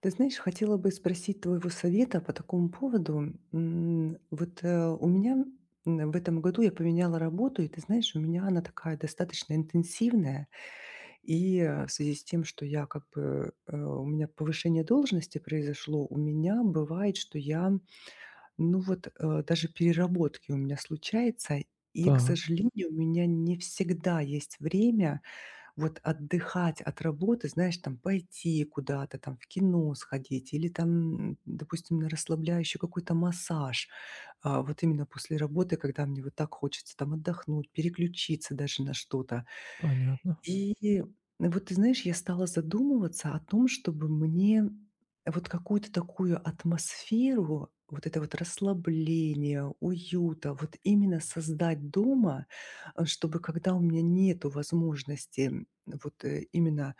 Ты знаешь, хотела бы спросить твоего совета по такому поводу. У меня в этом году я поменяла работу, и ты знаешь, у меня она такая достаточно интенсивная. В связи с тем, что я как бы у меня повышение должности произошло, у меня бывает, что я, ну вот даже переработки у меня случаются, и, к Так, сожалению, у меня не всегда есть время вот отдыхать от работы, знаешь, там пойти куда-то, там в кино сходить или там, допустим, на расслабляющий какой-то массаж. Вот именно после работы, когда мне вот так хочется там отдохнуть, переключиться даже на что-то. понятно, И вот ты знаешь, я стала задумываться о том, чтобы мне вот какую-то такую атмосферу, вот это вот расслабление, уюта, вот именно создать дома, чтобы когда у меня нету возможности именно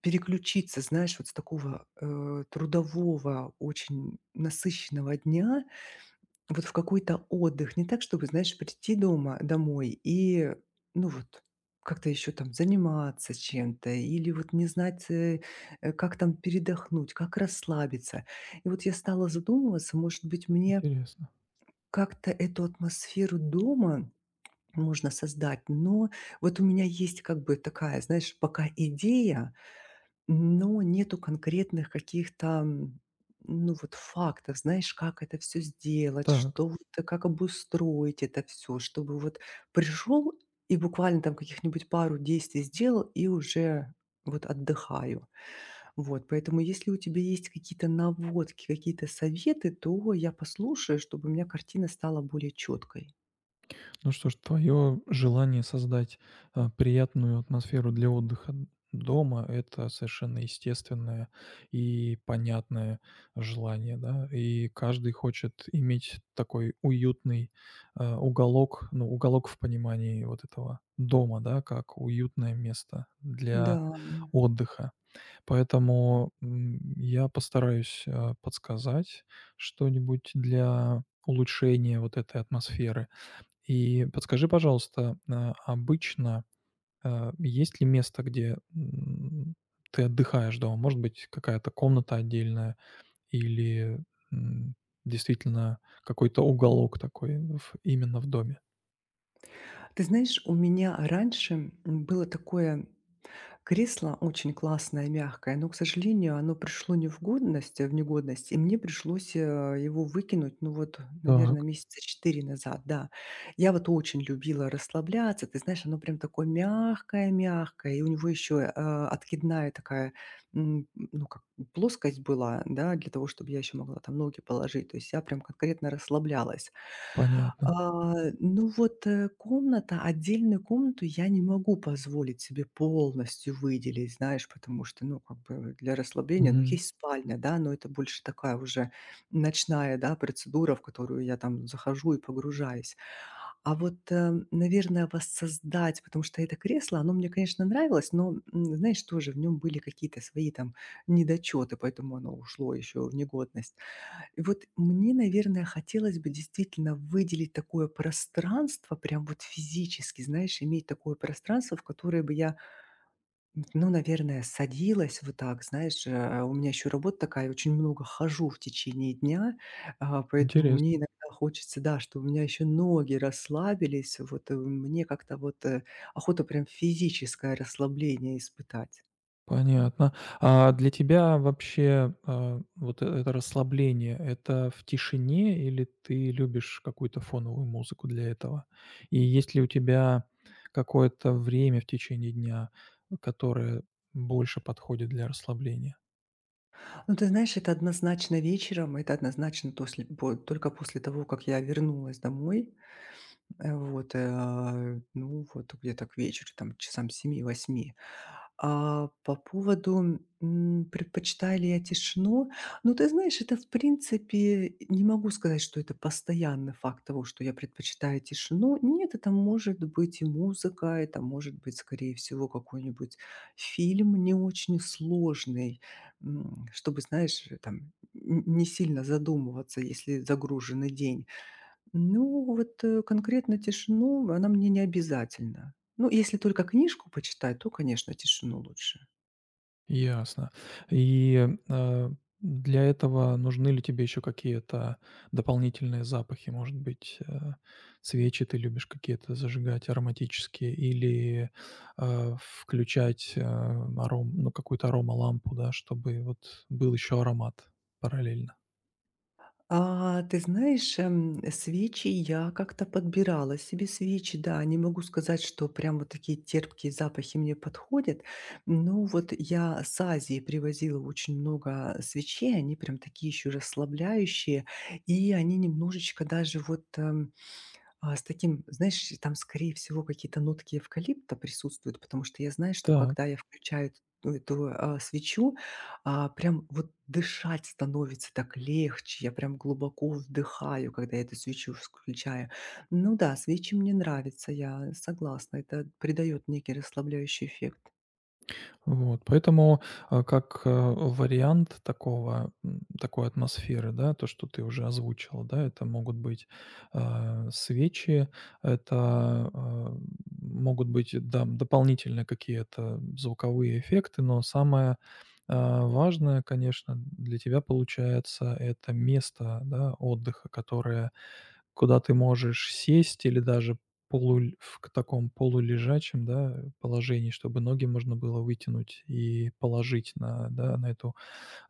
переключиться, знаешь, вот с такого трудового, очень насыщенного дня, вот в какой-то отдых. Не так, чтобы, знаешь, прийти дома домой и, ну, вот как-то еще там заниматься чем-то или вот не знать, как там передохнуть, как расслабиться. И вот я стала задумываться, может быть, мне интересно. как-то эту атмосферу дома можно создать, но вот у меня есть как бы такая, знаешь, пока идея, но нету конкретных каких-то, ну, вот фактов, знаешь, как это все сделать, Так, что вот, как обустроить это все, чтобы вот пришел и буквально там каких-нибудь пару действий сделал и уже вот отдыхаю. Вот, поэтому если у тебя есть какие-то наводки, какие-то советы, то я послушаю, чтобы у меня картина стала более четкой. ну что ж, твое желание создать, приятную атмосферу для отдыха дома — это совершенно естественное и понятное желание, да. И каждый хочет иметь такой уютный, уголок, ну, уголок в понимании вот этого дома, да, как уютное место для Да. отдыха. Поэтому, я постараюсь, подсказать что-нибудь для улучшения вот этой атмосферы. И подскажи, пожалуйста, обычно, есть ли место, где, ты отдыхаешь дома? Может быть, какая-то комната отдельная или, м, действительно какой-то уголок такой в именно в доме? Ты знаешь, у меня раньше, было такое кресло очень классное, мягкое, но, к сожалению, оно пришло не в годность, в негодность, и мне пришлось, его выкинуть, ну вот, наверное, Так, месяца 4 назад, да. Я вот очень любила расслабляться, ты знаешь, оно прям такое мягкое-мягкое, и у него еще, откидная такая, ну, как плоскость была, да, для того, чтобы я еще могла там ноги положить. То есть я прям конкретно расслаблялась. понятно. А, ну вот, комната, отдельную комнату я не могу позволить себе полностью выделить, знаешь, потому что, ну, как бы для расслабления, ну, Мгм. есть спальня, да, но это больше такая уже ночная, да, процедура, в которую я там захожу и погружаюсь. А вот, наверное, воссоздать, потому что это кресло, оно мне, конечно, нравилось, но, знаешь, тоже в нем были какие-то свои там недочеты, поэтому оно ушло еще в негодность. И вот мне, наверное, хотелось бы действительно выделить такое пространство, прям вот физически, знаешь, иметь такое пространство, в которое бы я, ну, наверное, садилась вот так, знаешь, у меня еще работа такая, очень много хожу в течение дня, поэтому Интерес мне иногда хочется, да, что у меня еще ноги расслабились, вот мне как-то вот охота прям физическое расслабление испытать. Понятно. А для тебя вообще, вот это расслабление — это в тишине или ты любишь какую-то фоновую музыку для этого? И есть ли у тебя какое-то время в течение дня, которое больше подходит для расслабления? Ну, ты знаешь, это однозначно вечером, это однозначно после, только после того, как я вернулась домой. Ну, вот где-то к вечеру, там, часам семи 7 А по поводу, предпочитаю ли я тишину, ну, ты знаешь, это, в принципе, не могу сказать, что это постоянный факт того, что я предпочитаю тишину. Нет, это может быть и музыка, это может быть, скорее всего, какой-нибудь фильм не очень сложный, чтобы, знаешь, там н не сильно задумываться, если загруженный день. Ну, вот, конкретно тишину, она мне не обязательна. Ну, если только книжку почитать, то, конечно, тишину лучше. Ясно. И, для этого нужны ли тебе еще какие-то дополнительные запахи? Может быть, свечи ты любишь какие-то зажигать ароматические или, включать, э, аром ну, какую-то аромалампу, да, чтобы вот был еще аромат параллельно? Ты знаешь, свечи я как-то подбирала себе свечи, да. Не могу сказать, что прям вот такие терпкие запахи мне подходят. Но вот я с Азии привозила очень много свечей, они прям такие еще расслабляющие, и они немножечко даже вот, с таким, знаешь, там, скорее всего, какие-то нотки эвкалипта присутствуют, потому что я знаю, что Так. когда я включаю ну, эту свечу, прям вот дышать становится так легче, я прям глубоко вдыхаю, когда я эту свечу включаю. Ну да, свечи мне нравятся, я согласна, это придает некий расслабляющий эффект. Вот, поэтому, как, вариант такого, такой атмосферы, да, то, что ты уже озвучила, да, это могут быть, свечи, это, а, могут быть, да, дополнительные какие-то звуковые эффекты, но самое, важное, конечно, для тебя получается — это место, да, отдыха, которое куда ты можешь сесть или даже полу в к таком полулежачем, да, положении, чтобы ноги можно было вытянуть и положить на, да, на эту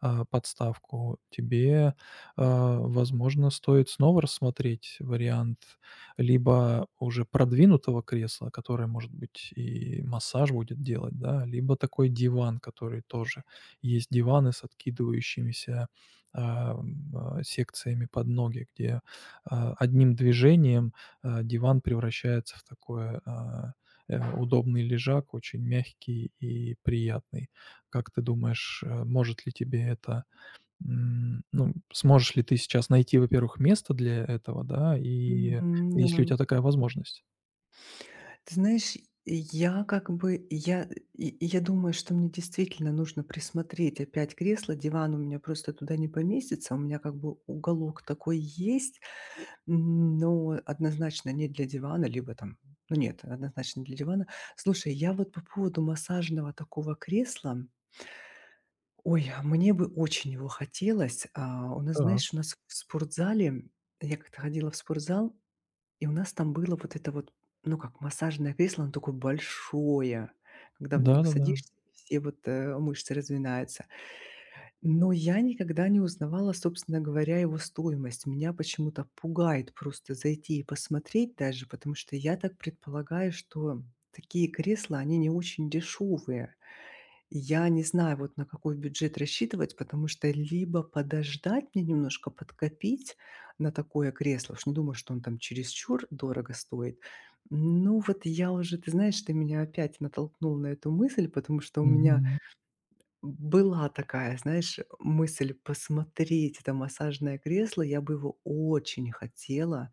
подставку, тебе, возможно, стоит снова рассмотреть вариант либо уже продвинутого кресла, которое, может быть, и массаж будет делать, да, либо такой диван, который тоже есть диваны с откидывающимися, секциями под ноги, где, одним движением, диван превращается в такое, удобный лежак, очень мягкий и приятный. Как ты думаешь, может ли тебе это, ну, сможешь ли ты сейчас найти, во-первых, место для этого, да, и Мгм, да. есть ли у тебя такая возможность? Ты знаешь, я я думаю, что мне действительно нужно присмотреть опять кресло, диван у меня просто туда не поместится, у меня как бы уголок такой есть, но однозначно не для дивана, либо там, ну нет, однозначно не для дивана. Слушай, я вот по поводу массажного такого кресла, ой, а мне бы очень его хотелось. У нас, Так. знаешь, у нас в спортзале, я как-то ходила в спортзал, и у нас там было вот это вот, ну, как массажное кресло, оно такое большое, когда в него Да-да-да. садишься, и все вот, мышцы разминаются. Но я никогда не узнавала, собственно говоря, его стоимость. Меня почему-то пугает просто зайти и посмотреть даже, потому что я так предполагаю, что такие кресла, они не очень дешевые. Я не знаю, вот на какой бюджет рассчитывать, потому что либо подождать мне немножко, подкопить на такое кресло, уж не думаю, что он там чересчур дорого стоит. Ну вот я уже, ты знаешь, ты меня опять натолкнул на эту мысль, потому что у меня была такая, знаешь, мысль посмотреть это массажное кресло, я бы его очень хотела.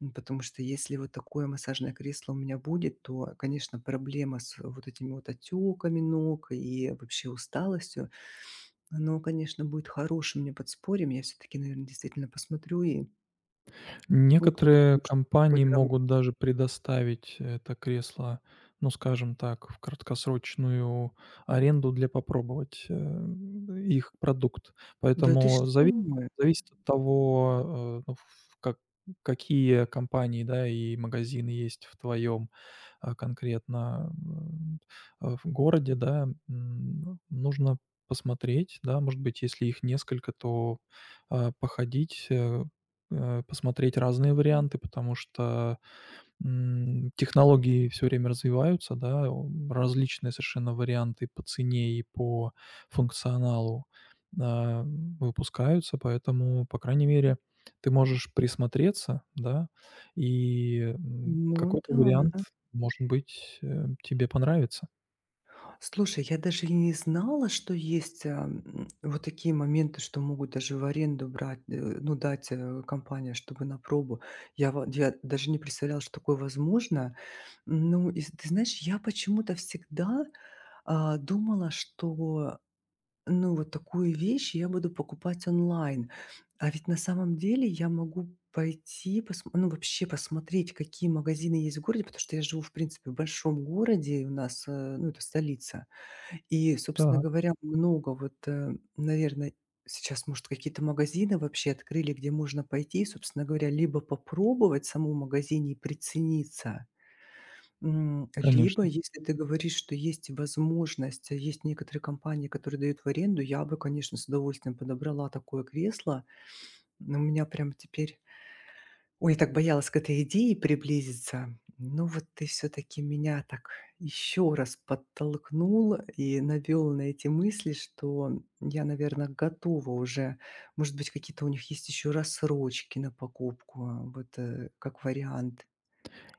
Потому что если вот такое массажное кресло у меня будет, то, конечно, проблема с вот этими вот отеками ног и вообще усталостью, оно, конечно, будет хорошим мне подспорьем. Я все-таки, наверное, действительно посмотрю и, ну, кто знает, Некоторые может, такой компании дорогой. могут даже предоставить это кресло, ну, скажем так, в краткосрочную аренду для попробовать, их продукт. Да ты Поэтому что? Зависит от того, ну, ф как какие компании, да, и магазины есть в твоем, конкретно, в городе, да. Нужно посмотреть, да, может быть, если их несколько, то, походить, посмотреть разные варианты, потому что, технологии все время развиваются, да, различные совершенно варианты по цене и по функционалу, а, выпускаются. Поэтому, по крайней мере, ты можешь присмотреться, да, и, Ну какой-то вариант, да. может быть, тебе понравится. Слушай, я даже и не знала, что есть вот такие моменты, что могут даже в аренду брать, ну, дать компания, чтобы на пробу. Я даже не представляла, что такое возможно. Ну, и ты знаешь, я почему-то всегда, думала, что, ну, вот такую вещь я буду покупать онлайн. А ведь на самом деле я могу пойти пос ну, вообще посмотреть, какие магазины есть в городе, потому что я живу, в принципе, в большом городе, и у нас, ну, это столица. И, собственно Так, говоря, много вот, наверное, сейчас, может, какие-то магазины вообще открыли, где можно пойти собственно говоря, либо попробовать саму магазине и прицениться. Либо, конечно. если ты говоришь, что есть возможность, а есть некоторые компании, которые дают в аренду, я бы, конечно, с удовольствием подобрала такое кресло. Но у меня прям теперь ой, я так боялась к этой идее приблизиться. Ну вот ты все-таки меня так еще раз подтолкнул и навел на эти мысли, что я, наверное, готова уже. Может быть, какие-то у них есть еще рассрочки на покупку, вот как вариант,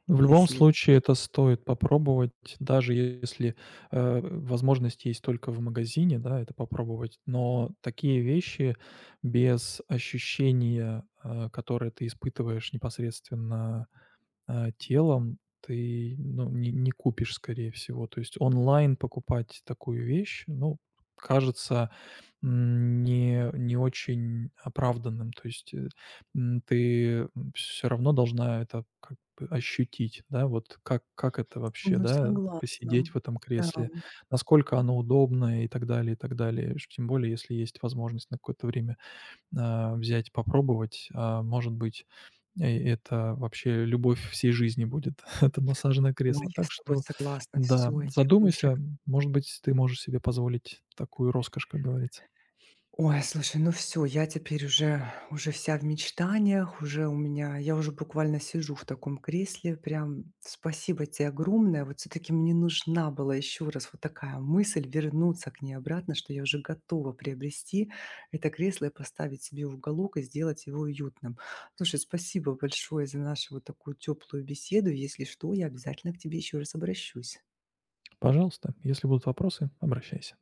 В любом если... случае это стоит попробовать, даже если, возможность есть только в магазине, да, это попробовать. Но такие вещи без ощущения, которое ты испытываешь непосредственно телом ты, ну, не купишь, скорее всего. То есть онлайн покупать такую вещь, ну, кажется, не очень оправданным. То есть, ты все равно должна это как бы ощутить, да, вот как это вообще, Ну, да, согласна. посидеть в этом Да. кресле, насколько оно удобно и так далее, и так далее. Ш Тем более, если есть возможность на какое-то время взять, попробовать. А, может быть, это вообще любовь всей жизни будет, это массажное Ой, кресло. я Так с тобой что согласна. да, Все. Я уже. задумайся, может быть, ты можешь себе позволить такую роскошь, как говорится. Ой, слушай, ну все, я теперь уже вся в мечтаниях, уже у меня я уже буквально сижу в таком кресле. Прям спасибо тебе огромное. Вот все таки мне нужна была еще раз вот такая мысль вернуться к ней обратно, что я уже готова приобрести это кресло и поставить себе в уголок и сделать его уютным. Слушай, спасибо большое за нашу вот такую теплую беседу. Если что, я обязательно к тебе еще раз обращусь. Пожалуйста, если будут вопросы, обращайся.